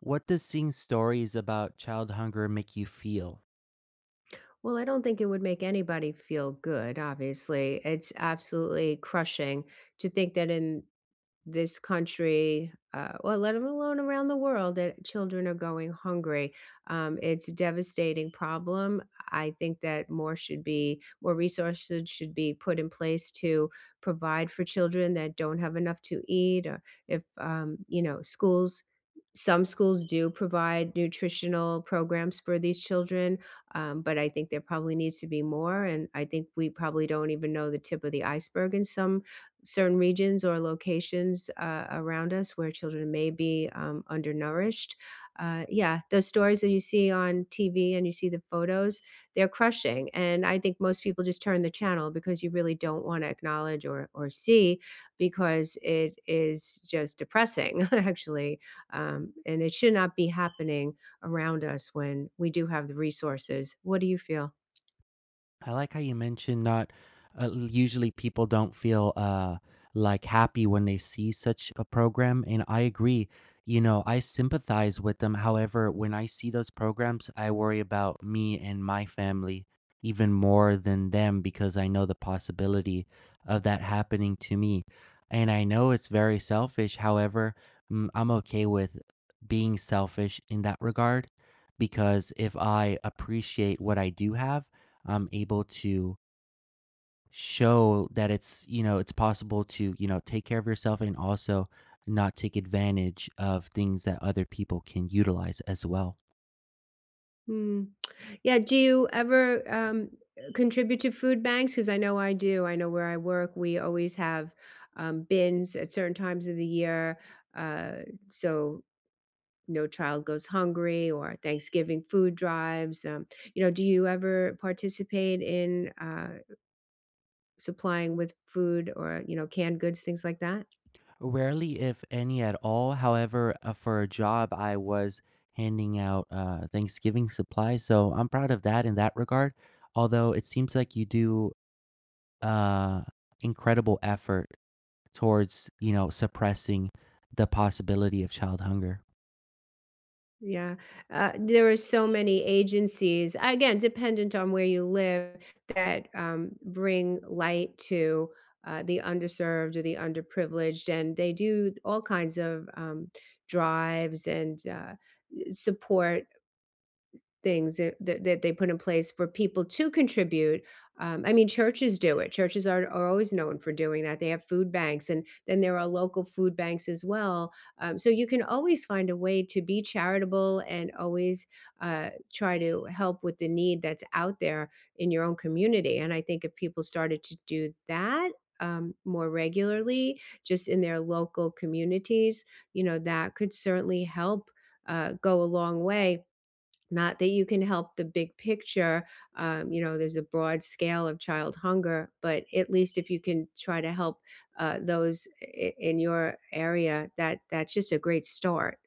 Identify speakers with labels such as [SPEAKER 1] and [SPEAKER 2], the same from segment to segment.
[SPEAKER 1] What does seeing stories about child hunger make you feel?
[SPEAKER 2] Well, I don't think it would make anybody feel good, obviously. It's absolutely crushing to think that in this country, well, let alone around the world, that children are going hungry. It's a devastating problem. I think that more resources should be put in place to provide for children that don't have enough to eat. Or if schools, some schools do provide nutritional programs for these children, but I think there probably needs to be more. And I think we probably don't even know the tip of the iceberg in some certain regions or locations around us where children may be undernourished. Yeah, those stories that you see on TV and you see the photos, they're crushing. And I think most people just turn the channel because you really don't want to acknowledge or see because it is just depressing, actually. And it should not be happening around us when we do have the resources. What do you feel?
[SPEAKER 1] I like how you mentioned not usually people don't feel like happy when they see such a program, and I agree. You know, I sympathize with them. However, when I see those programs, I worry about me and my family even more than them because I know the possibility of that happening to me. And I know it's very selfish. However, I'm okay with being selfish in that regard because if I appreciate what I do have, I'm able to show that it's possible to, take care of yourself and also not take advantage of things that other people can utilize as well.
[SPEAKER 2] Hmm. Yeah, do you ever, contribute to food banks? Because I know I do. I know where I work, we always have, bins at certain times of the year, uh, so no child goes hungry, or Thanksgiving food drives. Do you ever participate in, supplying with food or, you know, canned goods, things like that?
[SPEAKER 1] Rarely, if any at all. However, for a job, I was handing out Thanksgiving supplies. So I'm proud of that in that regard. Although it seems like you do uh, incredible effort towards, you know, suppressing the possibility of child hunger.
[SPEAKER 2] Yeah, there are so many agencies, again, dependent on where you live, that, bring light to, the underserved or the underprivileged, and they do all kinds of, drives and, support things that they put in place for people to contribute. I mean, churches do it. Churches are always known for doing that. They have food banks, and then there are local food banks as well. So you can always find a way to be charitable and always try to help with the need that's out there in your own community. And I think if people started to do that more regularly, just in their local communities, you know, that could certainly help go a long way, not that you can help the big picture. Um, you know, there's a broad scale of child hunger, but at least if you can try to help in your area, that's just a great start.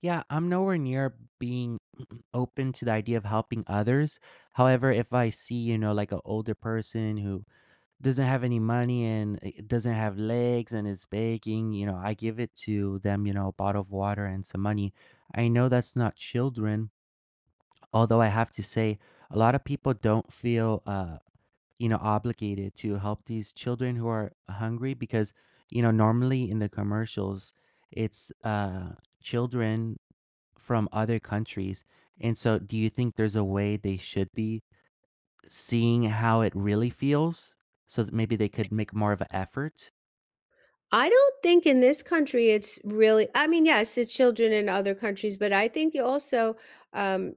[SPEAKER 1] Yeah, I'm nowhere near being open to the idea of helping others. However, if I see, you know, like an older person who doesn't have any money and doesn't have legs and is begging, you know, I give it to them, you know, a bottle of water and some money. I know that's not children, although I have to say a lot of people don't feel, you know, obligated to help these children who are hungry because, you know, normally in the commercials, it's children from other countries. And so do you think there's a way they should be seeing how it really feels so that maybe they could make more of an effort?
[SPEAKER 2] I don't think in this country it's really, I mean, yes, it's children in other countries, but I think you also, um,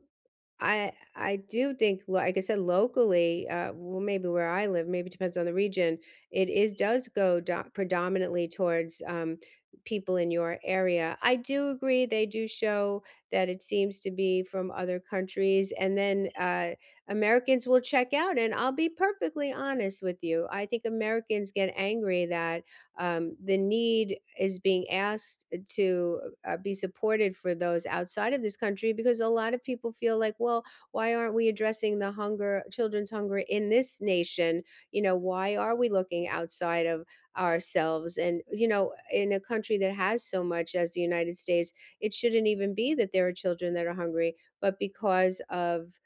[SPEAKER 2] I do think, like I said, locally, well, maybe where I live, maybe depends on the region. It is does go do- predominantly towards people in your area. I do agree; they do show that it seems to be from other countries, and then Americans will check out. And I'll be perfectly honest with you: I think Americans get angry that the need is being asked to be supported for those outside of this country because a lot of people feel like, well, why aren't we addressing the hunger, children's hunger in this nation? You know, why are we looking outside of ourselves? And, you know, in a country that has so much as the United States, it shouldn't even be that there are children that are hungry, but because of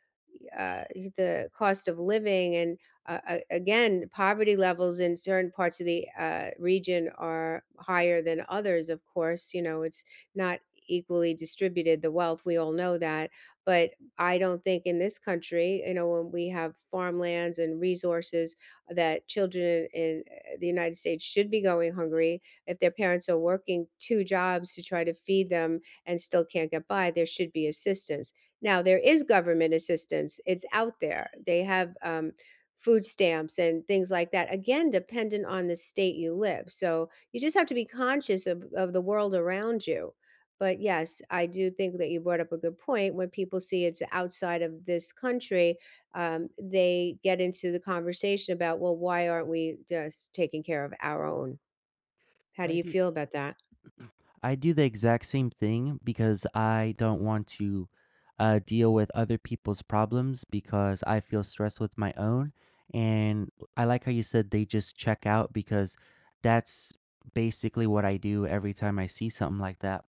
[SPEAKER 2] the cost of living and again, poverty levels in certain parts of the region are higher than others, of course. You know, it's not equally distributed, the wealth, we all know that. But I don't think in this country, you know, when we have farmlands and resources, that children in the United States should be going hungry. If their parents are working two jobs to try to feed them and still can't get by, there should be assistance. Now, there is government assistance, it's out there. They have food stamps and things like that, again dependent on the state you live. So you just have to be conscious of the world around you. But yes, I do think that you brought up a good point. When people see it's outside of this country, they get into the conversation about, well, why aren't we just taking care of our own? How do
[SPEAKER 1] I
[SPEAKER 2] you
[SPEAKER 1] do
[SPEAKER 2] feel about that?
[SPEAKER 1] I do the exact same thing because I don't want to deal with other people's problems because I feel stressed with my own. And I like how you said they just check out because that's basically what I do every time I see something like that.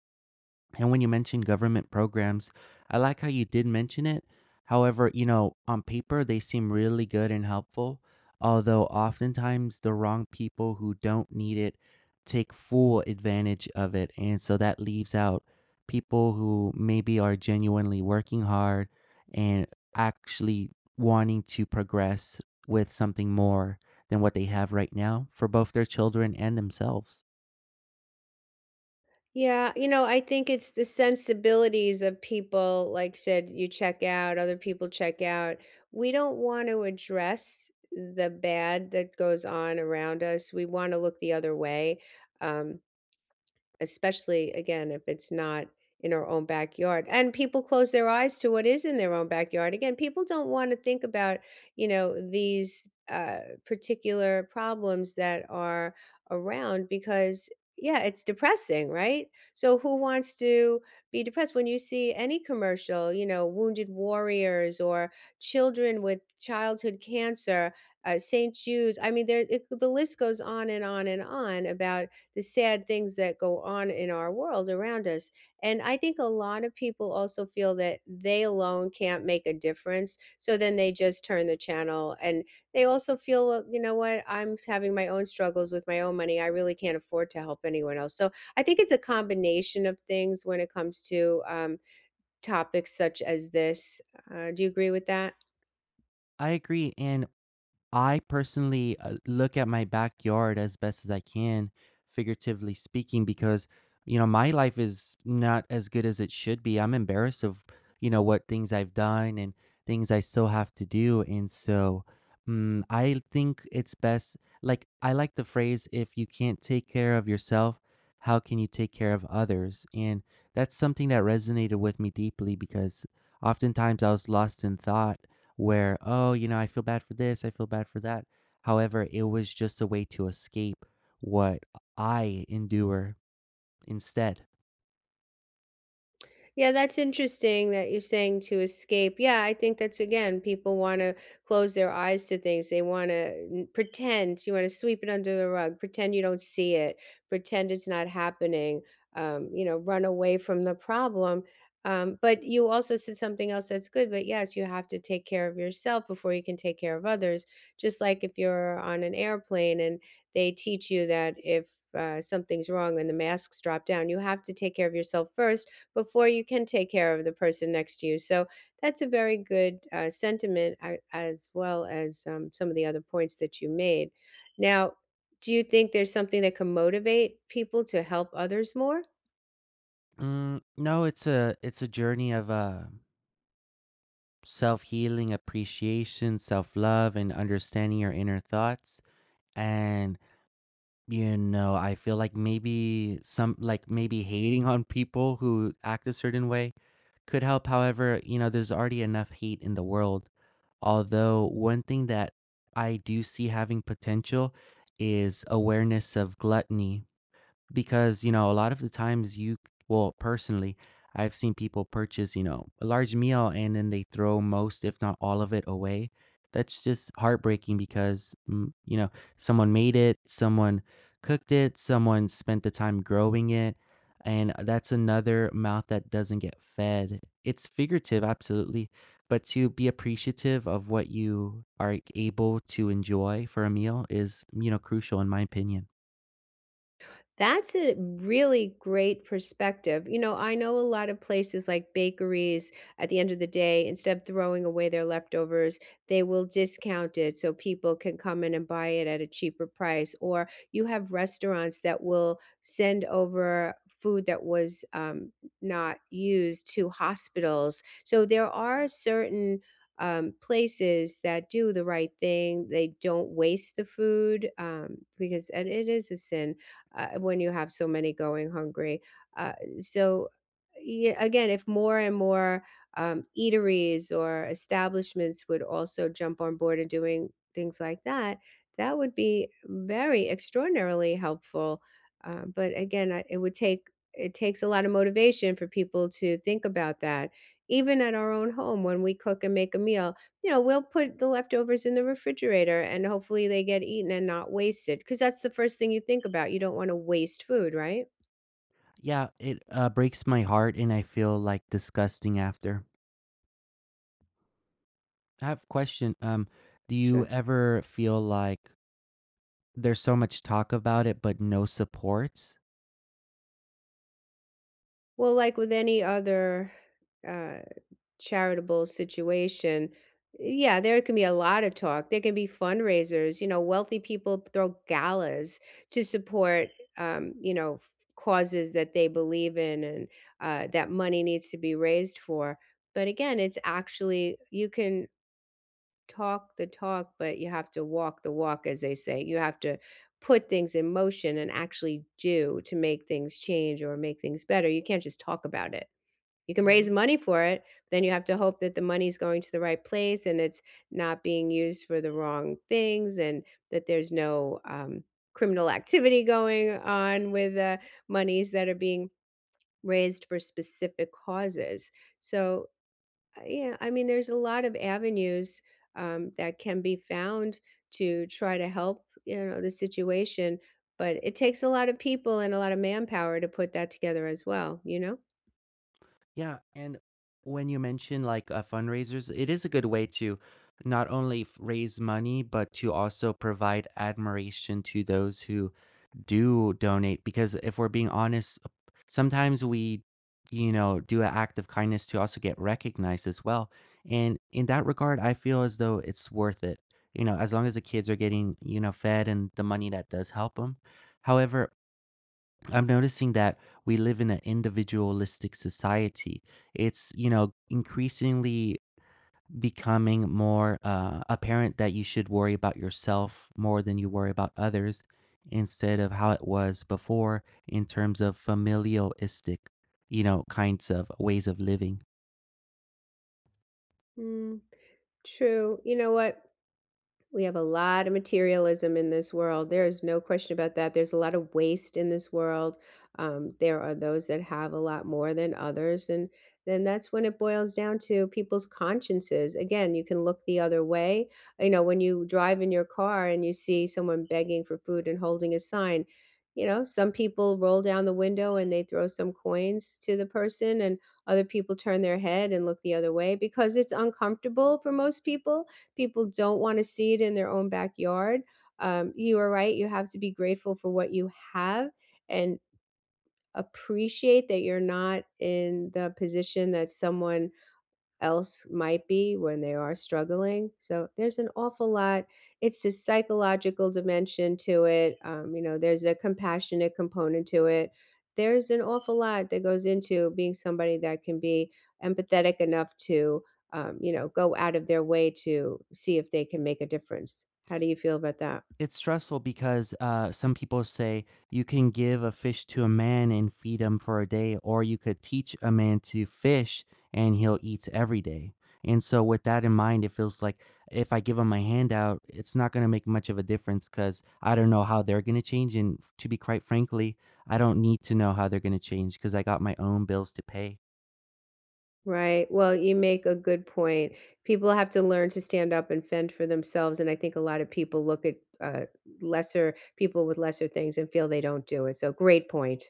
[SPEAKER 1] And when you mentioned government programs, I like how you did mention it. However, you know, on paper, they seem really good and helpful, although oftentimes the wrong people who don't need it take full advantage of it. And so that leaves out people who maybe are genuinely working hard and actually wanting to progress with something more than what they have right now for both their children and themselves.
[SPEAKER 2] Yeah, you know, I think it's the sensibilities of people, like said, you check out, other people check out. We don't want to address the bad that goes on around us. We want to look the other way. Um, Especially, again, if it's not in our own backyard, and people close their eyes to what is in their own backyard. Again, people don't wanna think about, you know, these, particular problems that are around, because yeah, it's depressing, right? So who wants to be depressed when you see any commercial, you know, wounded warriors or children with childhood cancer, St. Jude's. I mean, the list goes on and on and on about the sad things that go on in our world around us. And I think a lot of people also feel that they alone can't make a difference. So then they just turn the channel, and they also feel, well, you know what, I'm having my own struggles with my own money. I really can't afford to help anyone else. So I think it's a combination of things when it comes to topics such as this. Do you agree with that?
[SPEAKER 1] I agree. And I personally look at my backyard as best as I can, figuratively speaking, because you know my life is not as good as it should be. I'm embarrassed of you know what things I've done and things I still have to do, and so I think it's best. Like, I like the phrase, "If you can't take care of yourself, how can you take care of others?" And that's something that resonated with me deeply because oftentimes I was lost in thought where, oh, you know, I feel bad for this, I feel bad for that. However, it was just a way to escape what I endure instead.
[SPEAKER 2] Yeah, that's interesting that you're saying to escape. Yeah, I think that's again, people want to close their eyes to things. They want to pretend, you want to sweep it under the rug, pretend you don't see it, pretend it's not happening, you know, run away from the problem. But you also said something else that's good. But yes, you have to take care of yourself before you can take care of others. Just like if you're on an airplane and they teach you that if something's wrong and the masks drop down, you have to take care of yourself first before you can take care of the person next to you. So that's a very good sentiment, as well as some of the other points that you made. Now, do you think there's something that can motivate people to help others more?
[SPEAKER 1] Mm, no, it's a journey of self healing, appreciation, self love, and understanding your inner thoughts. And you know, I feel like maybe some like maybe hating on people who act a certain way could help. However, you know, there's already enough hate in the world. Although, one thing that I do see having potential is awareness of gluttony because you know a lot of the times you, well, personally, I've seen people purchase, you know, a large meal and then they throw most if not all of it away. That's just heartbreaking because you know, someone made it, someone cooked it, someone spent the time growing it, and that's another mouth that doesn't get fed. It's figurative, absolutely, but to be appreciative of what you are able to enjoy for a meal is, you know, crucial in my opinion.
[SPEAKER 2] That's a really great perspective. You know, I know a lot of places like bakeries, at the end of the day, instead of throwing away their leftovers, they will discount it so people can come in and buy it at a cheaper price. Or you have restaurants that will send over food that was not used to hospitals. So there are certain places that do the right thing. They don't waste the food, because, and it is a sin when you have so many going hungry. Uh, so, yeah, again, if more and more eateries or establishments would also jump on board and doing things like that, that would be very extraordinarily helpful. But again, I, it would take it takes a lot of motivation for people to think about that. Even at our own home, when we cook and make a meal, you know, we'll put the leftovers in the refrigerator and hopefully they get eaten and not wasted. Because that's the first thing you think about, you don't wanna waste food, right?
[SPEAKER 1] Yeah, it, breaks my heart, and I feel, like, disgusting after. I have a question, do you
[SPEAKER 2] Sure.
[SPEAKER 1] ever feel like there's so much talk about it, but no supports?
[SPEAKER 2] Well, like with any other, uh, charitable situation, yeah, there can be a lot of talk, there can be fundraisers, you know, wealthy people throw galas to support, you know, causes that they believe in and, that money needs to be raised for, but again, it's actually, you can talk the talk, but you have to walk the walk, as they say. You have to put things in motion and actually do to make things change or make things better. You can't just talk about it. You can raise
[SPEAKER 1] Mhm.
[SPEAKER 2] money for it, but then you have to hope that the money is going to the right place and it's not being used for the wrong things, and that there's no criminal activity going on with monies that are being raised for specific causes. So, yeah, I mean, there's a lot of avenues, that can be found to try to help, you know, the situation, but it takes a lot of people and a lot of manpower to put that together as well, you know?
[SPEAKER 1] Yeah, and when you mention like fundraisers, it is a good way to not only raise money, but to also provide admiration to those who do donate. Because if we're being honest, sometimes we, you know, do an act of kindness to also get recognized as well. And in that regard, I feel as though it's worth it. You know, as long as the kids are getting, you know, fed and the money that does help them. However, I'm noticing that we live in an individualistic society. It's, you know, increasingly becoming more apparent that you should worry about yourself more than you worry about others instead of how it was before in terms of familialistic, you know, kinds of ways of living.
[SPEAKER 2] Mm, true. You know what? We have a lot of materialism in this world. There is no question about that. There's a lot of waste in this world. There are those that have a lot more than others. And then that's when it boils down to people's consciences. Again, you can look the other way. You know, when you drive in your car and you see someone begging for food and holding a sign, you know, some people roll down the window and they throw some coins to the person, and other people turn their head and look the other way because it's uncomfortable for most people. People don't want to see it in their own backyard. You are right. You have to be grateful for what you have and appreciate that you're not in the position that someone else might be when they are struggling. So there's an awful lot. It's a psychological dimension to it. You know, there's a compassionate component to it. There's an awful lot that goes into being somebody that can be empathetic enough to, you know, go out of their way to see if they can make a difference. How do you feel about that?
[SPEAKER 1] It's stressful because some people say you can give a fish to a man and feed him for a day, or you could teach a man to fish and he'll eat every day. And so, with that in mind, it feels like if I give him my handout, it's not going to make much of a difference because I don't know how they're going to change. And to be quite frankly, I don't need to know how they're going to change because I got my own bills to pay.
[SPEAKER 2] Right. Well, you make a good point. People have to learn to stand up and fend for themselves. And I think a lot of people look at lesser people with lesser things and feel they don't do it. So, great point.